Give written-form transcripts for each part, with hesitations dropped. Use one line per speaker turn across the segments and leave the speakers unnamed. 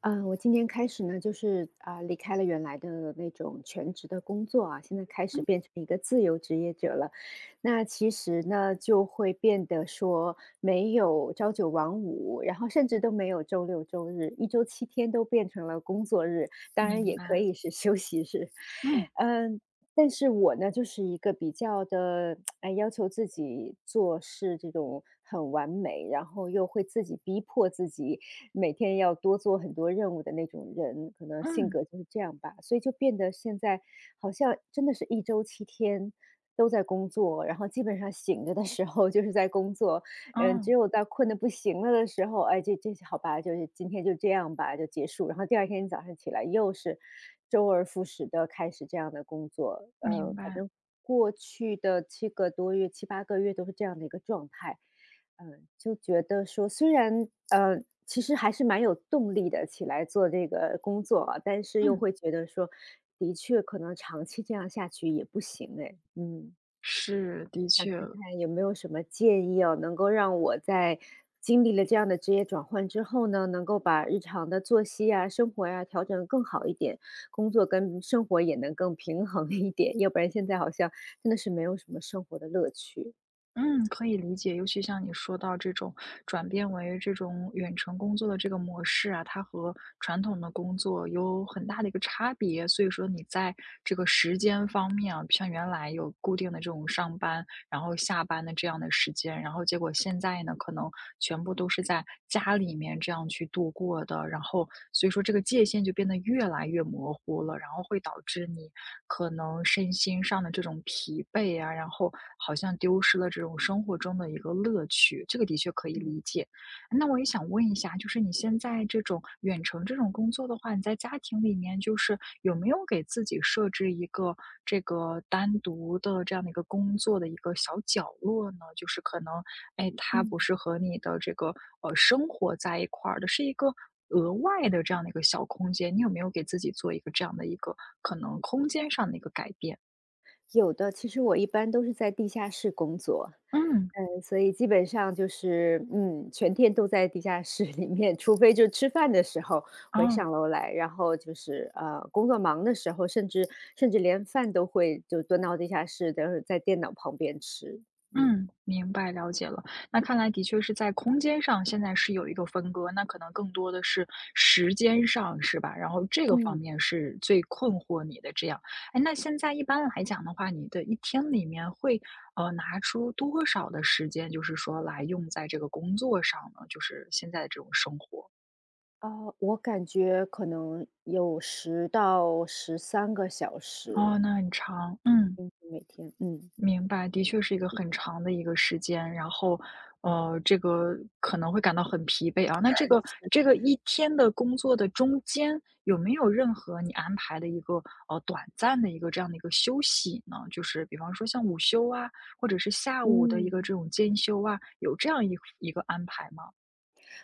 嗯，我今年开始呢，就是啊、离开了原来的那种全职的工作啊，现在开始
嗯，
变成一个自由职业者了。那其实呢，就会变得说没有朝九晚五，然后甚至都没有周六周日，一周七天都变成了工作日，当
明
然也可
白。
以是 休息日。
嗯，
嗯、但是我呢，就是一个比较的，哎，要求自己做事这种很完美，然后又会自己逼迫自己每天要多做很多任务的那种人，可能性
嗯，
格就是这样吧。所以就变得现在好像真的是一周七天都在工作，然后基本上醒着的时候就是在工作，嗯，只
哦，
有在困得不行了的时候，哎，这好吧，就是今天就这样吧，就结束。然后第二天早上起来，又是周而复始的开始这样的工作。
明
反
白。
正过去的七个多月、七八个月都是这样的一个状态。嗯，就觉得说，虽然其实还是蛮有动力的，起来做这个工作啊，但是又
嗯，
会觉得说，的确可能长期这样下去也不行哎，嗯。
是，的
想
确，
看看有没有什么建议哦，能够让我在经历了这样的职业转换之后呢，能够把日常的作息啊、生活呀、调整得更好一点，工作跟生活也能更平衡一点，要不然现在好像真的是没有什么生活的乐趣。
嗯，可以理解。尤其像你说到这种转变为这种远程工作的这个模式啊，它和传统的工作有很大的一个差别。所以说你在这个时间方面啊，像原来有固定的这种上班然后下班的这样的时间，然后结果现在呢，可能全部都是在家里面这样去度过的，然后所以说这个界限就变得越来越模糊了，然后会导致你可能身心上的这种疲惫啊，然后好像丢失了这种生活中的一个乐趣，这个的确可以
嗯
理解。那我也想问一下，就是你现在这种远程这种工作的话，你在家庭里面就是有没有给自己设置一个这个单独的这样的一个工作的一个小角落呢？就是可能，哎，它
嗯。
不是和你的这个生活在一块儿的，是一个额外的这样的一个小空间。你有没有给自己做一个这样的一个可能空间上的一个改变？
有的，其实我一般都是在地下室工作，
嗯，
嗯，所以基本上就是，嗯，全天都在地下室里面，除非就吃饭的时候会
哦。
上楼来，然后就是工作忙的时候，甚至连饭都会就蹲到地下室，等会在电脑旁边吃，嗯。
嗯，明白，了解了。那看来的确是在空间上，现在是有一个分割，那可能更多的是时间上，是吧？然后这个方
嗯，
面是最困惑你的这样。哎，那现在一般来讲的话，你的一天里面会拿出多少的时间，就是说来用在这个工作上呢？就是现在的这种生活。
啊，我感觉可能有10到13个小时。
哦，那很长，嗯。
嗯，每天，嗯。
明白，的确是一个很长的一个时间，然后，这个可能会感到很疲惫啊。那这个这个一天的工作的中间，有没有任何你安排的一个短暂的一个这样的一个休息呢？就是比方说像午休啊，或者是下午的一个这
嗯。
种兼休啊，有这样一个安排吗？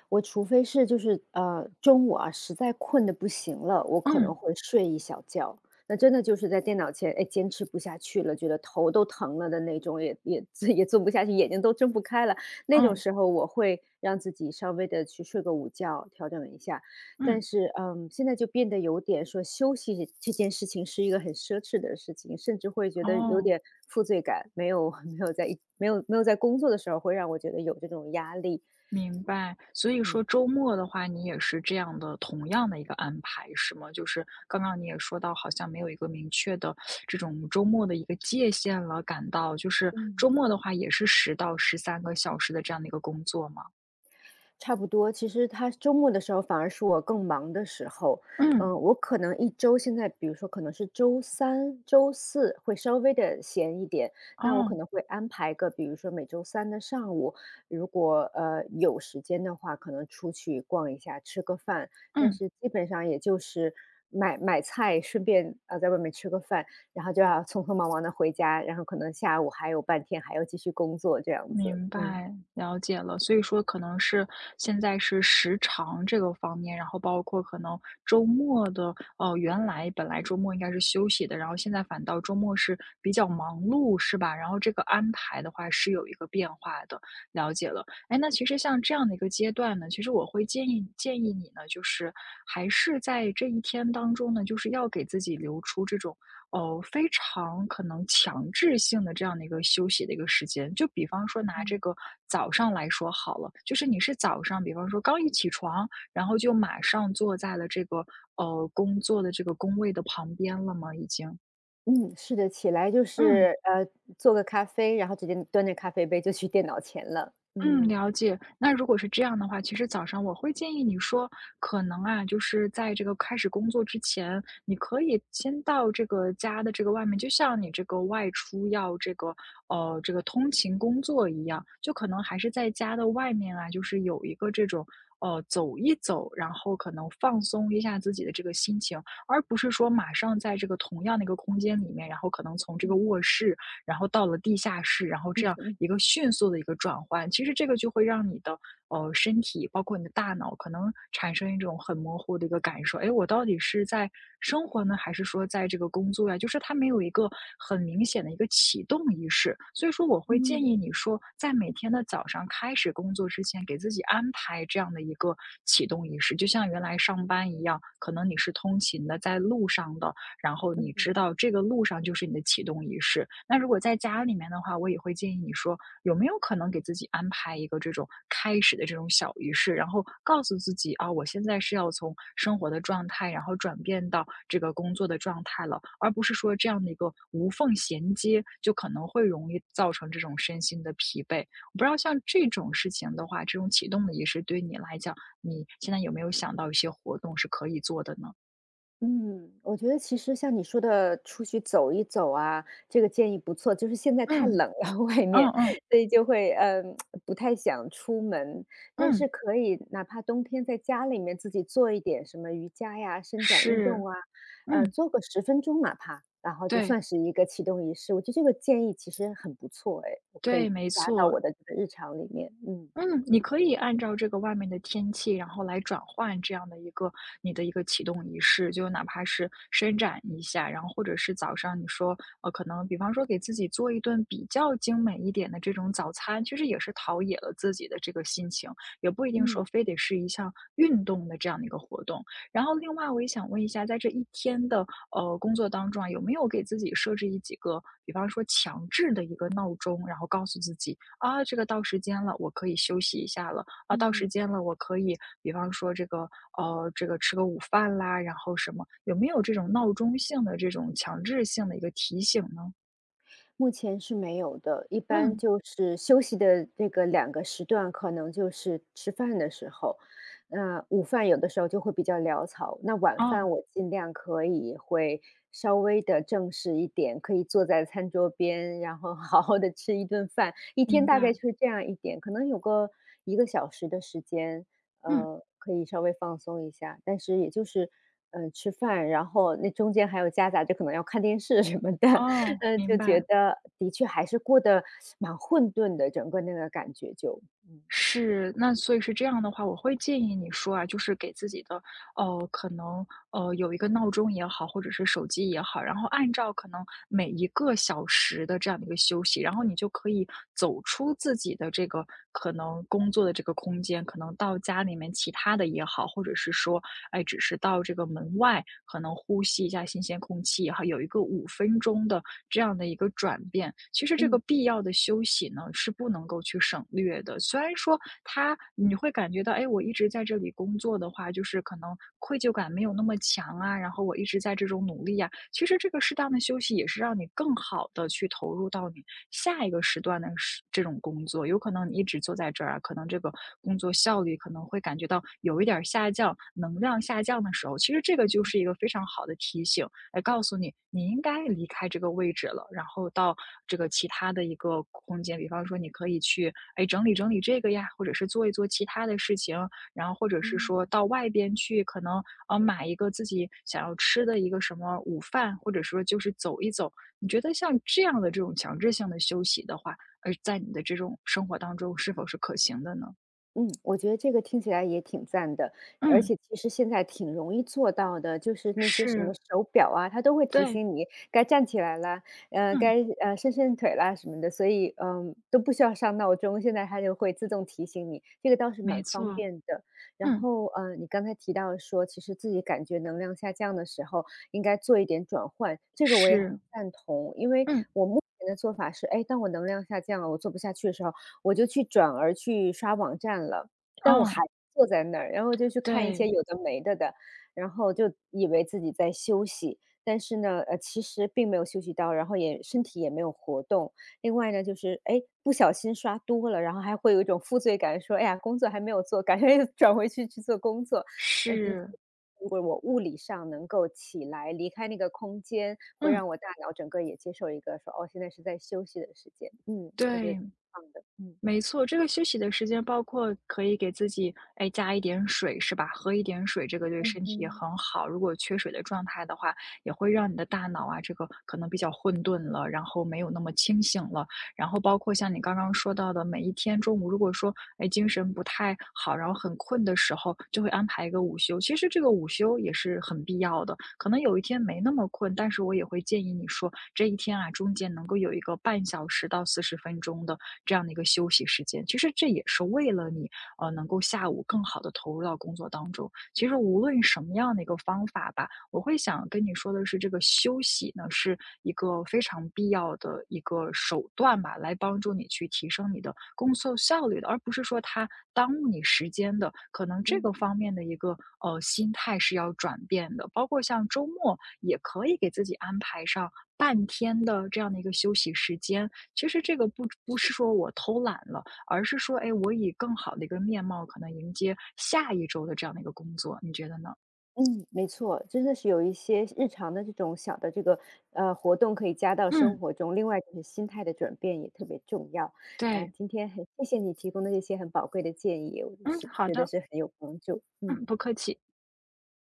我除非是就是中午啊，实在困的不行了，我可能
嗯
会睡一小觉。那真的就是在电脑前，哎，坚持不下去了，觉得头都疼了的那种，也 也做不下去，眼睛都睁不开了，那种
嗯
时候我会让自己稍微的去睡个午觉，调整一下。但
嗯，
是，嗯，现在就变得有点说休息这件事情是一个很奢侈的事情，甚至会觉得有
哦。
点负罪感，没有 没有在工作的时候会让我觉得有这种压力，
明白，所以说
嗯
周末的话，你也是这样的，同样的一个安排是吗？就是刚刚你也说到，好像没有一个明确的这种周末的一个界限了，感到就是
嗯。
周末的话，也是10到13个小时的这样的一个工作吗？
差不多，其实他周末的时候反而是我更忙的时候，嗯，
嗯，
我可能一周现在，比如说可能是周三、周四会稍微的闲一点，那我可
哦，
能会安排个，比如说每周三的上午，如果有时间的话，可能出去逛一下，吃个饭，但
嗯。
是基本上也就是买买菜，顺便在外面吃个饭，然后就要匆匆忙忙的回家，然后可能下午还有半天还要继续工作这样子，
明
嗯。
白，了解了。所以说可能是现在是时长这个方面，然后包括可能周末的，哦，原来本来周末应该是休息的，然后现在反倒周末是比较忙碌，是吧？然后这个安排的话是有一个变化的，了解了。哎，那其实像这样的一个阶段呢，其实我会建议你呢，就是还是在这一天当中呢，就是要给自己留出这种哦，非常可能强制性的这样的一个休息的一个时间。就比方说拿这个早上来说好了，就是你是早上，比方说刚一起床，然后就马上坐在了这个工作的这个工位的旁边了吗？已经，
嗯，是的，起来就
嗯。
是，做个咖啡，然后直接端着咖啡杯就去电脑前了。
嗯，
嗯，
了解。那如果是这样的话，其实早上我会建议你说，可能啊，就是在这个开始工作之前，你可以先到这个家的这个外面，就像你这个外出要这个这个通勤工作一样，就可能还是在家的外面啊，就是有一个这种走一走，然后可能放松一下自己的这个心情，而不是说马上在这个同样的一个空间里面，然后可能从这个
嗯。
卧室然后到了地下室，然后
嗯
这样
嗯
一个迅速的一个转换，其实这个就会让你的身体，包括你的大脑，可能产生一种很模糊的一个感受，哎，我到底是在生活呢，还是说在这个工作呀？就是它没有一个很明显的一个启动仪式，所以说我会建
嗯，
议你说，在每天的早上开始工作之前，给自己安排这样的一个启动仪式，就像原来上班一样，可能你是通勤的，在路上的。然后你
嗯。
知道这个路上就是你的启动仪式。那如果在家里面的话，我也会建议你说，有没有可能给自己安排一个这种开始的这种小仪式，然后告诉自己啊，我现在是要从生活的状态，然后转变到这个工作的状态了，而不是说这样的一个无缝衔接，就可能会容易造成这种身心的疲惫。我不知道像这种事情的话，这种启动的仪式对于你来讲，你现在有没有想到一些活动是可以做的呢？
嗯，我觉得其实像你说的出去走一走啊，这个建议不错。就是现在太
嗯
冷了，外
嗯
面，
嗯
所以就会嗯不太想出门，但
嗯。
是可以哪怕冬天在家里面自己做一点什么瑜伽呀、伸展运
是，
动啊，
嗯，
做个10分钟哪怕，然后就
对，
算是一个启动仪式。我觉得这个建议其实很不错，哎，我可以
对，没
加到
错。
我的这个日常里面。嗯
嗯，你可以按照这个外面的天气，然后来转换这样的一个你的一个启动仪式，就哪怕是伸展一下，然后或者是早上你说，可能比方说给自己做一顿比较精美一点的这种早餐，其实也是陶冶了自己的这个心情，也不一定
嗯
说非得是一项运动的这样的一个活动。然后另外我也想问一下，在这一天的工作当中啊，有没有给自己设置一几个，比方说强制的一个闹钟，然后告诉自己啊，这个到时间了，我可以休息一下了。啊，到时
嗯。
间了，我可以，比方说这个，这个吃个午饭啦，然后什么，有没有这种闹钟性的这种强制性的一个提醒呢？
目前是没有的，一般
嗯，
就是休息的这个两个时段，可能就是吃饭的时候，那午饭有的时候就会比较潦草，那晚
哦，
饭我尽量可以会稍微的正式一点，可以坐在餐桌边，然后 好好的吃一顿饭，一天
明
大概
白，
就是这样一点，可能有个1个小时的时间，
嗯，
可以稍微放松一下，但是也就是。嗯，吃饭，然后那中间还有夹杂着可能要看电视什么的，
哦，
嗯，
明
就觉
白。
得的确还是过得蛮混沌的，整个那个感觉就，嗯。
是，那所以是这样的话，我会建议你说啊，就是给自己的，可能有一个闹钟也好，或者是手机也好，然后按照可能每一个小时的这样的一个休息，然后你就可以走出自己的这个可能工作的这个空间，可能到家里面其他的也好，或者是说，哎，只是到这个门外，可能呼吸一下新鲜空气，哈，有一个5分钟的这样的一个转变。其实这个
嗯
必要的休息呢，是不能够去省略的。虽然说它你会感觉到，哎，我一直在这里工作的话，就是可能愧疚感没有那么强啊，然后我一直在这种努力啊，其实这个适当的休息也是让你更好的去投入到你下一个时段的这种工作。有可能你一直坐在这儿啊，可能这个工作效率可能会感觉到有一点儿下降，能量下降的时候，其实这个就是一个非常好的提醒，来告诉你你应该离开这个位置了，然后到这个其他的一个空间，比方说你可以去哎整理整理这个呀，或者是做一做其他的事情，然后或者是说
嗯。
到外边去，可能买一个自己想要吃的一个什么午饭，或者说就是走一走。你觉得像这样的这种强制性的休息的话，在你的这种生活当中是否是可行的呢？
嗯，我觉得这个听起来也挺赞的，而
嗯，
且其实现在挺容易做到的，就是那些什么
是，
手表啊，它都会提
对，
醒你该站起来啦，呃，
嗯，
该呃伸伸腿啦什么的，所以嗯都不需要上闹钟，现在它就会自动提醒你，这个倒是
没
蛮方
错，
便的。然
嗯，
后你刚才提到说，其实自己感觉能量下降的时候，应该做一点转换，这个我也很
是，
赞同，因为
嗯，
我目前的做法是，哎，当我能量下降了，我做不下去的时候，我就去转而去刷网站了。但我
哦，
还坐在那儿，然后就去看一
对，
些有的没的的，然后就以为自己在休息，但是呢，其实并没有休息到，然后也身体也没有活动。另外呢，就是哎，不小心刷多了，然后还会有一种负罪感，说哎呀，工作还没有做，赶快又转回去去做工作。的确，
是，
如果我物理上能够起来离开那个空间，会
嗯，
让我大脑整个也接受一个说哦，现在是在休息的时间。嗯，我觉得挺
对，
棒的。嗯。
没错。这个休息的时间包括可以给自己，哎，加一点水是吧？喝一点水，这个对
嗯
身体也
嗯
很好。如果缺水的状态的话，也会让你的大脑啊，这个可能比较混沌了，然后没有那么清醒了。然后包括像你刚刚说到的，每一天中午如果说，哎，精神不太好，然后很困的时候，就会安排一个午休。其实这个午休也是很必要的，可能有一天没那么困，但是我也会建议你说，这一天啊，中间能够有一个半小时到40分钟的这样的一个休息时间。其实这也是为了你，能够下午更好的投入到工作当中。其实无论什么样的一个方法吧，我会想跟你说的是，这个休息呢，是一个非常必要的一个手段吧，来帮助你去提升你的工作效率的，而不是说它耽误你时间的。可能这个
嗯。
方面的一个心态是要转变的，包括像周末也可以给自己安排上。半天的这样的一个休息时间，其实这个不是说我偷懒了，而是说，哎，我以更好的一个面貌，可能迎接下一周的这样的一个工作，你觉得呢？
嗯，没错，真的是有一些日常的这种小的这个，活动可以加到生
嗯，
活中，另外就是心态的转变也特别重要。啊，
对。
今天很谢谢你提供的这些很宝贵的建议，我
嗯，
是
好
觉得
的，
是很有帮助，
嗯，
嗯。
不客气。